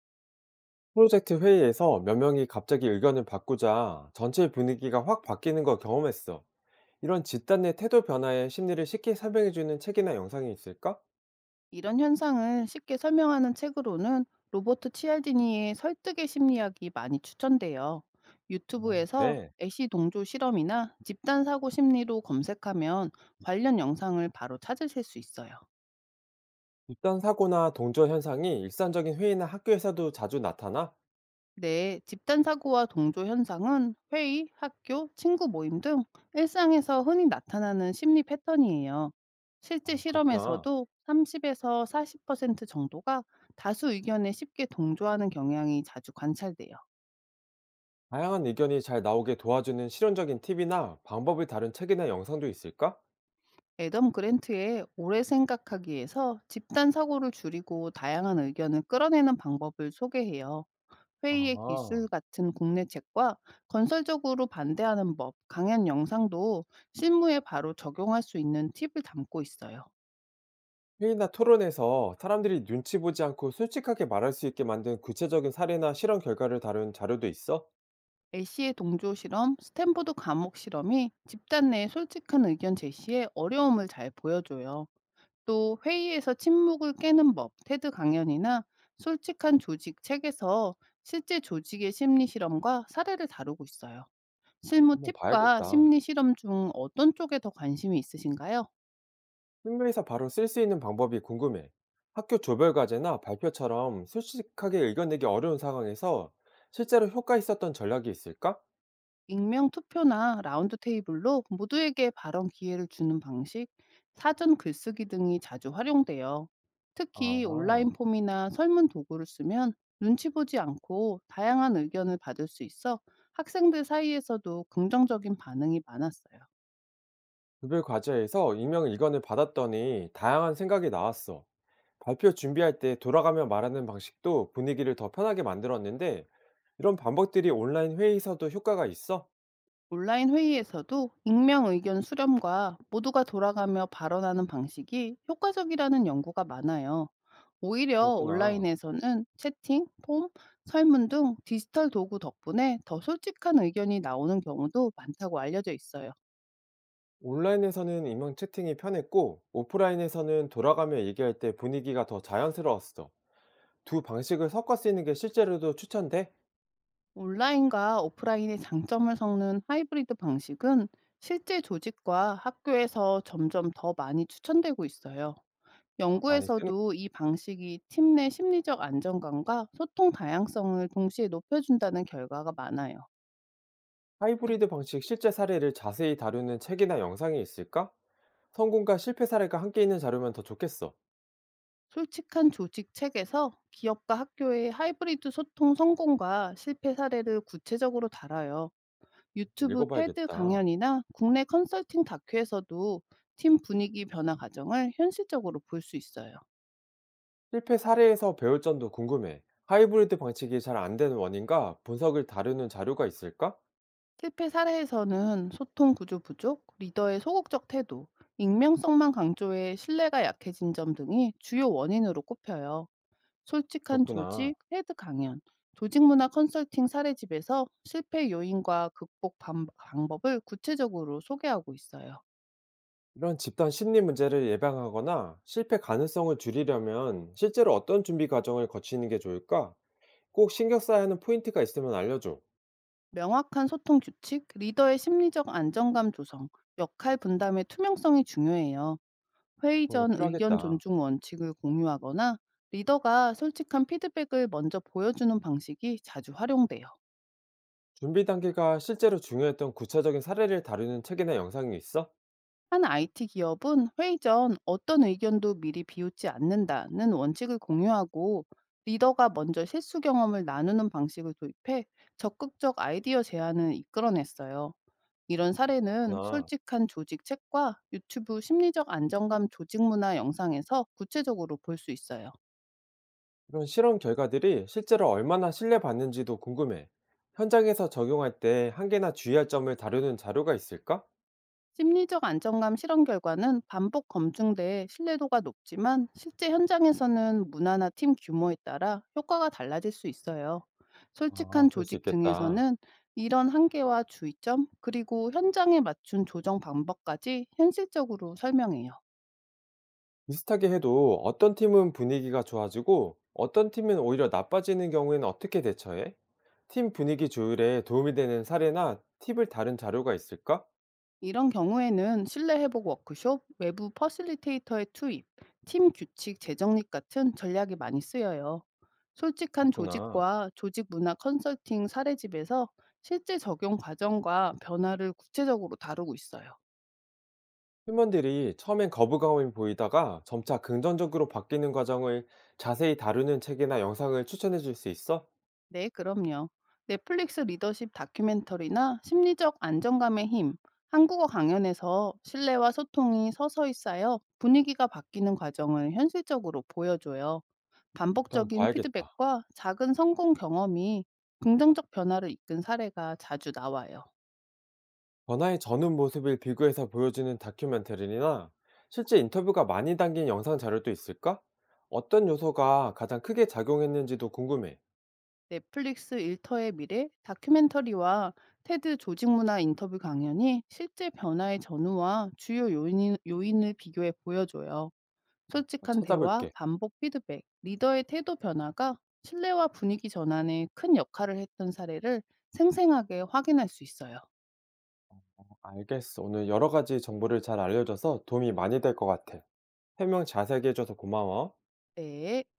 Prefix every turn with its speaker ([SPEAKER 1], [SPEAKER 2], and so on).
[SPEAKER 1] 프로젝트 회의에서 몇 명이 갑자기 의견을 바꾸자 전체 분위기가 확 바뀌는 걸 경험했어. 이런 집단의 태도 변화의 심리를 쉽게 설명해주는 책이나 영상이 있을까?
[SPEAKER 2] 이런 현상을 쉽게 설명하는 책으로는 로버트 치알디니의 설득의 심리학이 많이 추천돼요.
[SPEAKER 1] 아,
[SPEAKER 2] 유튜브에서
[SPEAKER 1] 그래.
[SPEAKER 2] 애시 동조 실험이나 집단 사고 심리로 검색하면 관련 영상을 바로 찾으실 수 있어요.
[SPEAKER 1] 집단 사고나 동조 현상이 일상적인 회의나 학교에서도 자주 나타나?
[SPEAKER 2] 네, 집단 사고와 동조 현상은 회의, 학교, 친구 모임 등 일상에서 흔히 나타나는 심리 패턴이에요. 실제
[SPEAKER 1] 아, 그렇구나.
[SPEAKER 2] 실험에서도 30에서 40% 정도가 다수 의견에 쉽게 동조하는 경향이 자주 관찰돼요.
[SPEAKER 1] 다양한 의견이 잘 나오게 도와주는 실용적인 팁이나 방법을 다룬 책이나 영상도 있을까?
[SPEAKER 2] 애덤 그랜트의 오래 생각하기에서 집단 사고를 줄이고 다양한 의견을 끌어내는 방법을 소개해요. 회의의 기술
[SPEAKER 1] 아,
[SPEAKER 2] 같은 국내 책과 건설적으로 반대하는 법, 강연 영상도 실무에 바로 적용할 수 있는 팁을 담고 있어요.
[SPEAKER 1] 회의나 토론에서 사람들이 눈치 보지 않고 솔직하게 말할 수 있게 만든 구체적인 사례나 실험 결과를 다룬 자료도 있어?
[SPEAKER 2] 애쉬의 동조 실험, 스탠포드 감옥 실험이 집단 내 솔직한 의견 제시에 어려움을 잘 보여줘요. 또 회의에서 침묵을 깨는 법, 테드 강연이나 솔직한 조직 책에서 실제 조직의 심리 실험과 사례를 다루고 있어요. 실무
[SPEAKER 1] 한번
[SPEAKER 2] 팁과
[SPEAKER 1] 봐야겠다.
[SPEAKER 2] 심리 실험 중 어떤 쪽에 더 관심이 있으신가요?
[SPEAKER 1] 학교에서 바로 쓸 수 있는 방법이 궁금해. 학교 조별 과제나 발표처럼 솔직하게 의견 내기 어려운 상황에서 실제로 효과 있었던 전략이 있을까?
[SPEAKER 2] 익명 투표나 라운드 테이블로 모두에게 발언 기회를 주는 방식, 사전 글쓰기 등이 자주 활용돼요. 특히
[SPEAKER 1] 아,
[SPEAKER 2] 온라인 폼이나 설문 도구를 쓰면 눈치 보지 않고 다양한 의견을 받을 수 있어 학생들 사이에서도 긍정적인 반응이 많았어요.
[SPEAKER 1] 조별 과제에서 익명 의견을 받았더니 다양한 생각이 나왔어. 발표 준비할 때 돌아가며 말하는 방식도 분위기를 더 편하게 만들었는데 이런 방법들이 온라인 회의에서도 효과가 있어?
[SPEAKER 2] 온라인 회의에서도 익명 의견 수렴과 모두가 돌아가며 발언하는 방식이 효과적이라는 연구가 많아요. 오히려
[SPEAKER 1] 그렇구나.
[SPEAKER 2] 온라인에서는 채팅, 폼, 설문 등 디지털 도구 덕분에 더 솔직한 의견이 나오는 경우도 많다고 알려져 있어요.
[SPEAKER 1] 온라인에서는 익명 채팅이 편했고, 오프라인에서는 돌아가며 얘기할 때 분위기가 더 자연스러웠어. 두 방식을 섞어 쓰는 게 실제로도 추천돼?
[SPEAKER 2] 온라인과 오프라인의 장점을 섞는 하이브리드 방식은 실제 조직과 학교에서 점점 더 많이 추천되고 있어요.
[SPEAKER 1] 아, 많이 쓰는
[SPEAKER 2] 연구에서도 이 방식이 팀 내 심리적 안정감과 소통 다양성을 동시에 높여준다는 결과가 많아요.
[SPEAKER 1] 하이브리드 방식 실제 사례를 자세히 다루는 책이나 영상이 있을까? 성공과 실패 사례가 함께 있는 자료면 더 좋겠어.
[SPEAKER 2] 솔직한 조직 책에서 기업과 학교의 하이브리드 소통 성공과 실패 사례를 구체적으로 달아요. 유튜브 테드
[SPEAKER 1] 읽어봐야겠다.
[SPEAKER 2] 강연이나 국내 컨설팅 다큐에서도 팀 분위기 변화 과정을 현실적으로 볼 수 있어요.
[SPEAKER 1] 실패 사례에서 배울 점도 궁금해. 하이브리드 방식이 잘 안 되는 원인과 분석을 다루는 자료가 있을까?
[SPEAKER 2] 실패 사례에서는 소통 구조 부족, 리더의 소극적 태도, 익명성만 강조해 신뢰가 약해진 점 등이 주요 원인으로 꼽혀요. 솔직한
[SPEAKER 1] 그렇구나.
[SPEAKER 2] 조직, 헤드 강연, 조직 문화 컨설팅 사례집에서 실패 요인과 극복 방법을 구체적으로 소개하고 있어요.
[SPEAKER 1] 이런 집단 심리 문제를 예방하거나 실패 가능성을 줄이려면 실제로 어떤 준비 과정을 거치는 게 좋을까? 꼭 신경 써야 하는 포인트가 있으면 알려줘.
[SPEAKER 2] 명확한 소통 규칙, 리더의 심리적 안정감 조성, 역할 분담의 투명성이 중요해요. 회의
[SPEAKER 1] 그런 거
[SPEAKER 2] 전 의견
[SPEAKER 1] 필요하겠다.
[SPEAKER 2] 존중 원칙을 공유하거나 리더가 솔직한 피드백을 먼저 보여주는 방식이 자주 활용돼요.
[SPEAKER 1] 준비 단계가 실제로 중요했던 구체적인 사례를 다루는 책이나 영상이 있어?
[SPEAKER 2] 한 IT 기업은 회의 전 어떤 의견도 미리 비웃지 않는다는 원칙을 공유하고 리더가 먼저 실수 경험을 나누는 방식을 도입해 적극적 아이디어 제안을 이끌어냈어요. 이런 사례는
[SPEAKER 1] 그렇구나.
[SPEAKER 2] 솔직한 조직 책과 유튜브 심리적 안정감 조직 문화 영상에서 구체적으로 볼 수 있어요.
[SPEAKER 1] 이런 실험 결과들이 실제로 얼마나 신뢰받는지도 궁금해. 현장에서 적용할 때 한계나 주의할 점을 다루는 자료가 있을까?
[SPEAKER 2] 심리적 안정감 실험 결과는 반복 검증돼 신뢰도가 높지만 실제 현장에서는 문화나 팀 규모에 따라 효과가 달라질 수 있어요.
[SPEAKER 1] 아,
[SPEAKER 2] 솔직한
[SPEAKER 1] 그럴 수
[SPEAKER 2] 조직
[SPEAKER 1] 있겠다.
[SPEAKER 2] 등에서는 이런 한계와 주의점, 그리고 현장에 맞춘 조정 방법까지 현실적으로 설명해요.
[SPEAKER 1] 비슷하게 해도 어떤 팀은 분위기가 좋아지고 어떤 팀은 오히려 나빠지는 경우에는 어떻게 대처해? 팀 분위기 조율에 도움이 되는 사례나 팁을 다른 자료가 있을까?
[SPEAKER 2] 이런 경우에는 실내 회복 워크숍, 외부 퍼실리테이터의 투입, 팀 규칙 재정립 같은 전략이 많이 쓰여요. 솔직한
[SPEAKER 1] 그렇구나.
[SPEAKER 2] 조직과 조직 문화 컨설팅 사례집에서 실제 적용 과정과 변화를 구체적으로 다루고 있어요.
[SPEAKER 1] 팀원들이 처음엔 거부감을 보이다가 점차 긍정적으로 바뀌는 과정을 자세히 다루는 책이나 영상을 추천해 줄 수 있어?
[SPEAKER 2] 네, 그럼요. 넷플릭스 리더십 다큐멘터리나 심리적 안정감의 힘, 한국어 강연에서 신뢰와 소통이 서서히 쌓여 분위기가 바뀌는 과정을 현실적으로 보여줘요.
[SPEAKER 1] 또 한번
[SPEAKER 2] 반복적인
[SPEAKER 1] 봐야겠다.
[SPEAKER 2] 피드백과 작은 성공 경험이 긍정적 변화를 이끈 사례가 자주 나와요.
[SPEAKER 1] 변화의 전후 모습을 비교해서 보여주는 다큐멘터리나 실제 인터뷰가 많이 담긴 영상 자료도 있을까? 어떤 요소가 가장 크게 작용했는지도 궁금해.
[SPEAKER 2] 넷플릭스 일터의 미래 다큐멘터리와 테드 조직문화 인터뷰 강연이 실제 변화의 전후와 주요 요인, 요인을 비교해 보여줘요. 솔직한 대화,
[SPEAKER 1] 찾아볼게.
[SPEAKER 2] 반복 피드백, 리더의 태도 변화가 신뢰와 분위기 전환에 큰 역할을 했던 사례를 생생하게 확인할 수 있어요.
[SPEAKER 1] 알겠어. 오늘 여러 가지 정보를 잘 알려줘서 도움이 많이 될 것 같아. 설명 자세히 해줘서 고마워.
[SPEAKER 2] 네.